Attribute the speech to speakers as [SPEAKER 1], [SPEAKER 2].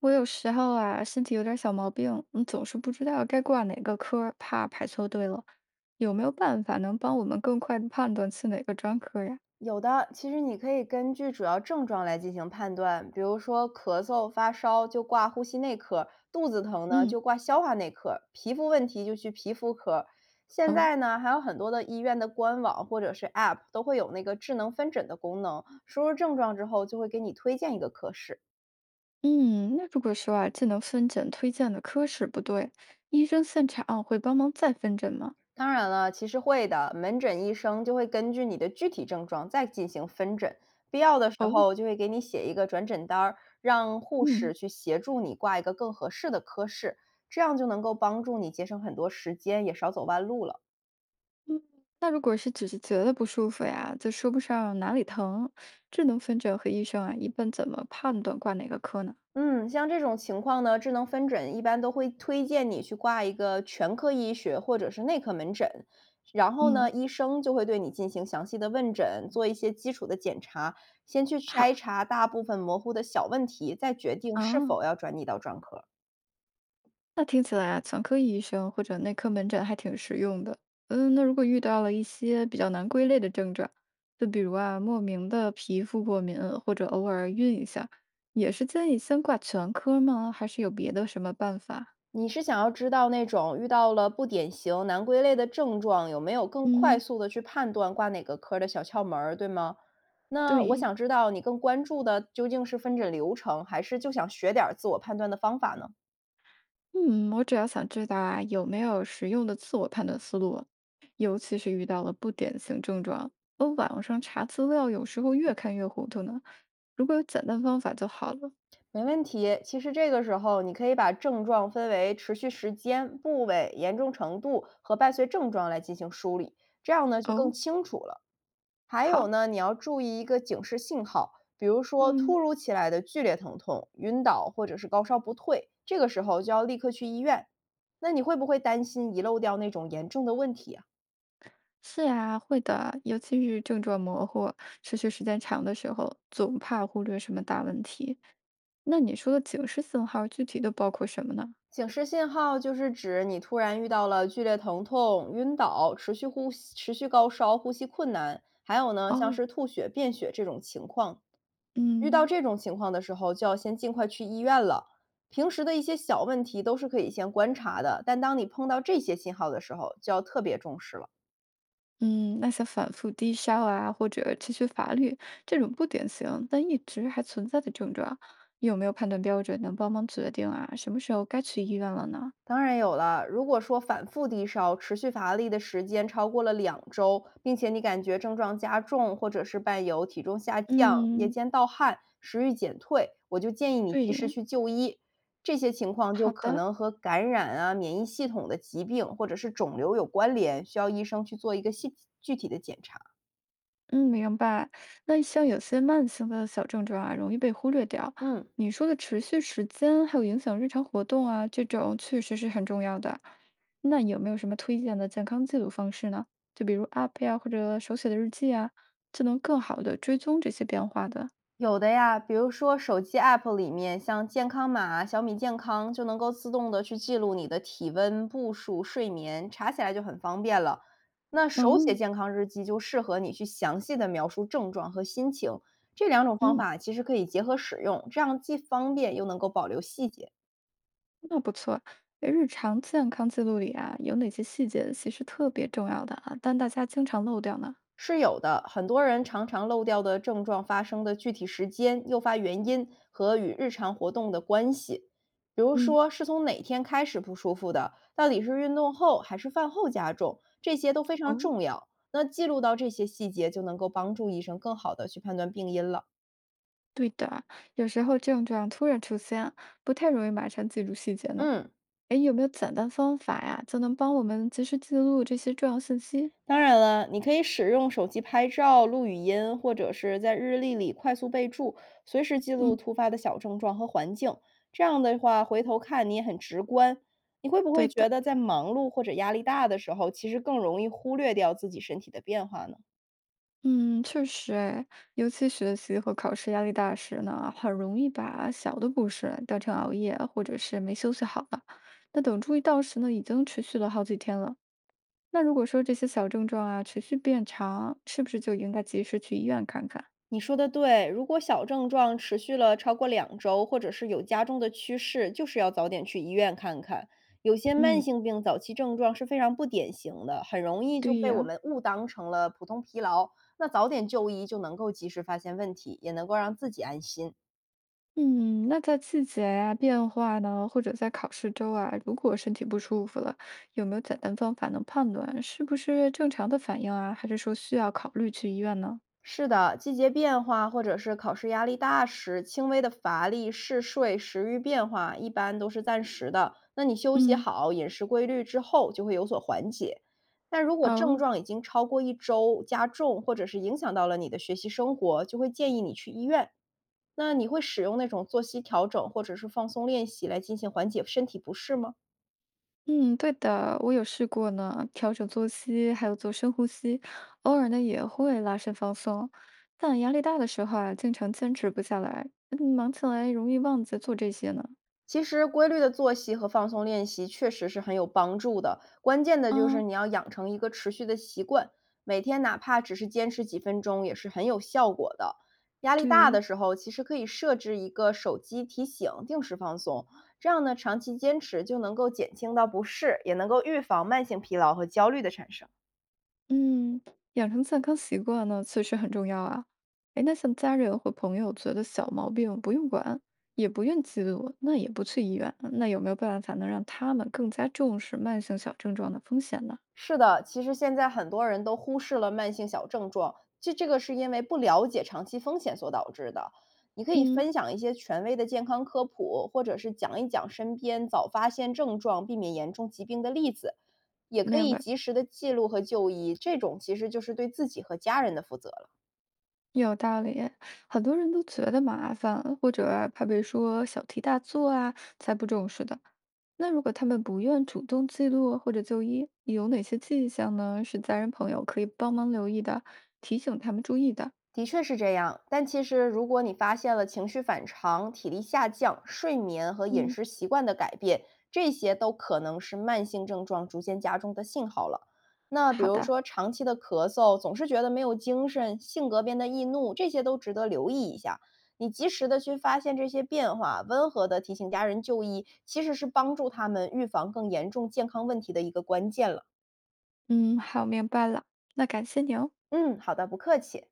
[SPEAKER 1] 我有时候啊，身体有点儿小毛病，总是不知道该挂哪个科儿怕排错队了。有没有办法能帮我们更快的判断去哪个专科呀？
[SPEAKER 2] 有的，其实你可以根据主要症状来进行判断，比如说咳嗽、发烧就挂呼吸内科，肚子疼呢
[SPEAKER 1] 嗯。
[SPEAKER 2] 就挂消化内科，皮肤问题就去皮肤科。现
[SPEAKER 1] 哦。
[SPEAKER 2] 在呢，还有很多的医院的官网或者是 App 都会有那个智能分诊的功能，输入症状之后就会给你推荐一个科室。
[SPEAKER 1] 嗯，那如果说啊，智能分诊推荐的科室不对，医生现场会帮忙再分诊吗？
[SPEAKER 2] 当然了，其实会的。门诊医生就会根据你的具体症状再进行分诊，必要的时
[SPEAKER 1] 哦。
[SPEAKER 2] 候就会给你写一个转诊单儿，让护士
[SPEAKER 1] 嗯
[SPEAKER 2] 去协助你挂一个更合适的科室，这样就能够帮助你节省很多时间，也少走弯路了。
[SPEAKER 1] 嗯。那如果是只是觉得不舒服呀，就说不上哪里疼，智能分诊和医生啊，一般怎么判断挂哪个科呢？
[SPEAKER 2] 嗯，像这种情况呢，智能分诊一般都会推荐你去挂一个全科医学或者是内科门诊，然后呢，
[SPEAKER 1] 嗯。
[SPEAKER 2] 医生就会对你进行详细的问诊，做一些基础的检查，先去筛
[SPEAKER 1] 好
[SPEAKER 2] 查大部分模糊的小问题，再决定是
[SPEAKER 1] 啊。
[SPEAKER 2] 否要转你到专科。
[SPEAKER 1] 那听起来啊，全科医生或者内科门诊还挺实用的。嗯，那如果遇到了一些比较难归类的症状，就比如啊莫名的皮肤过敏，或者偶尔晕一下，也是建议先挂全科吗？还是有别的什么办法？
[SPEAKER 2] 你是想要知道那种遇到了不典型难归类的症状，有没有更快
[SPEAKER 1] 嗯。
[SPEAKER 2] 速的去判断挂哪个科儿的小窍门儿，对吗？那我
[SPEAKER 1] 对。
[SPEAKER 2] 想知道你更关注的究竟是分诊流程，还是就想学点儿自我判断的方法呢？
[SPEAKER 1] 嗯，我主要想知道啊有没有实用的自我判断思路，尤其是遇到了不典型症状。我网上查资料，有时候越看越糊涂呢。如果有简单方法就好了。
[SPEAKER 2] 没问题，其实这个时候你可以把症状分为持续时间、部位、严重程度和伴随症状来进行梳理，这样呢就更
[SPEAKER 1] 哦。
[SPEAKER 2] 清楚了。还有
[SPEAKER 1] 好。
[SPEAKER 2] 呢，你要注意一个警示信号，比如说
[SPEAKER 1] 嗯。
[SPEAKER 2] 突如其来的剧烈疼痛、晕倒或者是高烧不退，这个时候就要立刻去医院。那你会不会担心遗漏掉那种严重的问题啊？
[SPEAKER 1] 是啊，会的，尤其是症状模糊、持续时间长的时候，总怕忽略什么大问题。那你说的警示信号具体都包括什么呢？
[SPEAKER 2] 警示信号就是指你突然遇到了剧烈疼痛、晕倒、持续呼吸、持续高烧、呼吸困难，还有呢，像
[SPEAKER 1] 哦。
[SPEAKER 2] 是吐血、便血这种情况，遇到
[SPEAKER 1] 嗯
[SPEAKER 2] 这种情况的时候，就要先尽快去医院了。平时的一些小问题都是可以先观察的，但当你碰到这些信号的时候，就要特别重视了。
[SPEAKER 1] 嗯。那些反复低烧啊，或者持续乏力这种不典型但一直还存在的症状，有没有判断标准能帮忙决定啊，什么时候该去医院了呢？
[SPEAKER 2] 当然有了，如果说反复低烧、持续乏力的时间超过了两周，并且你感觉症状加重，或者是伴有体重下降、夜
[SPEAKER 1] 嗯。
[SPEAKER 2] 间盗汗、食欲减退，我就建议你及时
[SPEAKER 1] 对。
[SPEAKER 2] 去就医。这些情况就
[SPEAKER 1] 好
[SPEAKER 2] 可
[SPEAKER 1] 的。
[SPEAKER 2] 能和感染啊、免疫系统的疾病或者是肿瘤有关联，需要医生去做一个细具体的检查。
[SPEAKER 1] 嗯，明白。那像有些慢性的小症状啊，容易被忽略掉。
[SPEAKER 2] 嗯，
[SPEAKER 1] 你说的持续时间，还有影响日常活动啊，这种确实是很重要的。那有没有什么推荐的健康记录方式呢？就比如 App 呀，或者手写的日记啊，就能更好的追踪这些变化的。
[SPEAKER 2] 有的呀，比如说手机 app 里面，像健康码、小米健康就能够自动的去记录你的体温、步数、睡眠，查起来就很方便了。那手写
[SPEAKER 1] 嗯
[SPEAKER 2] 健康日记就适合你去详细的描述症状和心情，这两种方
[SPEAKER 1] 嗯。
[SPEAKER 2] 法其实可以结合使用，这样既方便又能够保留细节。
[SPEAKER 1] 那不错。诶日常健康记录里啊，有哪些细节其实特别重要的啊，但大家经常漏掉呢？
[SPEAKER 2] 是有的，很多人常常漏掉的症状发生的具体时间、诱发原因和与日常活动的关系。比如
[SPEAKER 1] 嗯。
[SPEAKER 2] 说，是从哪天开始不舒服的，到底是运动后还是饭后加重，这些都非常
[SPEAKER 1] 哦，
[SPEAKER 2] 重要。那记录到这些细节，就能够帮助医生更好的去判断病因了。
[SPEAKER 1] 对的，有时候症状突然出现，不太容易马上记住细节呢。
[SPEAKER 2] 嗯，
[SPEAKER 1] 哎，有没有简单方法呀，就能帮我们及时记录这些重要信息？
[SPEAKER 2] 当然了，你可以使用手机拍照、录语音，或者是在日历里快速备注，随时记录
[SPEAKER 1] 嗯，
[SPEAKER 2] 突发的小症状和环境。这样的话，回头看你也很直观。你会不会
[SPEAKER 1] 对
[SPEAKER 2] 觉
[SPEAKER 1] 的，
[SPEAKER 2] 得在忙碌或者压力大的时候，其实更容易忽略掉自己身体的变化呢？
[SPEAKER 1] 嗯，确实，哎，尤其学习和考试压力大时呢，很容易把小的不适当成熬夜或者是没休息好了。那等注意到时呢，已经持续了好几天了。那如果说这些小症状啊持续变长，是不是就应该及时去医院看看？
[SPEAKER 2] 你说的对，如果小症状持续了超过两周，或者是有加重的趋势，就是要早点去医院看看。有些慢
[SPEAKER 1] 嗯。
[SPEAKER 2] 性病早期症状是非常不典型的，很容易就
[SPEAKER 1] 对
[SPEAKER 2] 被我
[SPEAKER 1] 呀。
[SPEAKER 2] 们误当成了普通疲劳。那早点就医就能够及时发现问题，也能够让自己安心。
[SPEAKER 1] 嗯，那在季节啊变化呢，或者在考试周啊，如果身体不舒服了，有没有简单方法能判断是不是正常的反应啊，还是说需要考虑去医院呢？
[SPEAKER 2] 是的，季节变化或者是考试压力大时，轻微的乏力、嗜睡、食欲变化一般都是暂时的。那你休息
[SPEAKER 1] 嗯。
[SPEAKER 2] 好、饮食规律之后，就会有所缓解。但如果症
[SPEAKER 1] 哦。
[SPEAKER 2] 状已经超过一周，加重或者是影响到了你的学习生活，就会建议你去医院。那你会使用那种作息调整或者是放松练习来进行缓解身体不适吗？
[SPEAKER 1] 嗯，对的，我有试过呢，调整作息，还有做深呼吸，偶尔呢也会拉伸放松，但压力大的时候啊，经常坚持不下来，忙起来容易忘记做这些呢。
[SPEAKER 2] 其实规律的作息和放松练习确实是很有帮助的，关键的就是
[SPEAKER 1] 啊。
[SPEAKER 2] 你要养成一个持续的习惯，每天哪怕只是坚持几分钟，也是很有效果的。压力大的
[SPEAKER 1] 对。
[SPEAKER 2] 时候，其实可以设置一个手机提醒，定时放松，这样呢，长期坚持就能够减轻到不适，也能够预防慢性疲劳和焦虑的产生。
[SPEAKER 1] 嗯，养成健康习惯呢，确实很重要啊。哎，那像家人或朋友觉得小毛病不用管，也不愿记录，那也不去医院，那有没有办法能让他们更加重视慢性小症状的风险呢？
[SPEAKER 2] 是的，其实现在很多人都忽视了慢性小症状，这个是因为不了解长期风险所导致的。你可以
[SPEAKER 1] 嗯，
[SPEAKER 2] 分享一些权威的健康科普，或者是讲一讲身边早发现症状、避免严重疾病的例子，也可
[SPEAKER 1] 明
[SPEAKER 2] 以
[SPEAKER 1] 白，
[SPEAKER 2] 及时的记录和就医，这种其实就是对自己和家人的负责了。
[SPEAKER 1] 有道理。很多人都觉得麻烦，或者啊怕被说小题大做啊，才不重视的。那如果他们不愿主动记录或者就医，有哪些迹象呢？是家人朋友可以帮忙留意的，提醒他们注意的？
[SPEAKER 2] 的确是这样，但其实如果你发现了情绪反常、体力下降、睡眠和饮
[SPEAKER 1] 嗯。
[SPEAKER 2] 食习惯的改变，这些都可能是慢性症状逐渐加重的信号了。那比
[SPEAKER 1] 好
[SPEAKER 2] 如
[SPEAKER 1] 的。
[SPEAKER 2] 说长期的咳嗽，总是觉得没有精神，性格变得易怒，这些都值得留意一下。你及时的去发现这些变化，温和的提醒家人就医，其实是帮助他们预防更严重健康问题的一个关键了。
[SPEAKER 1] 嗯，好，明白了，那感谢你哦。
[SPEAKER 2] 嗯，好的，不客气。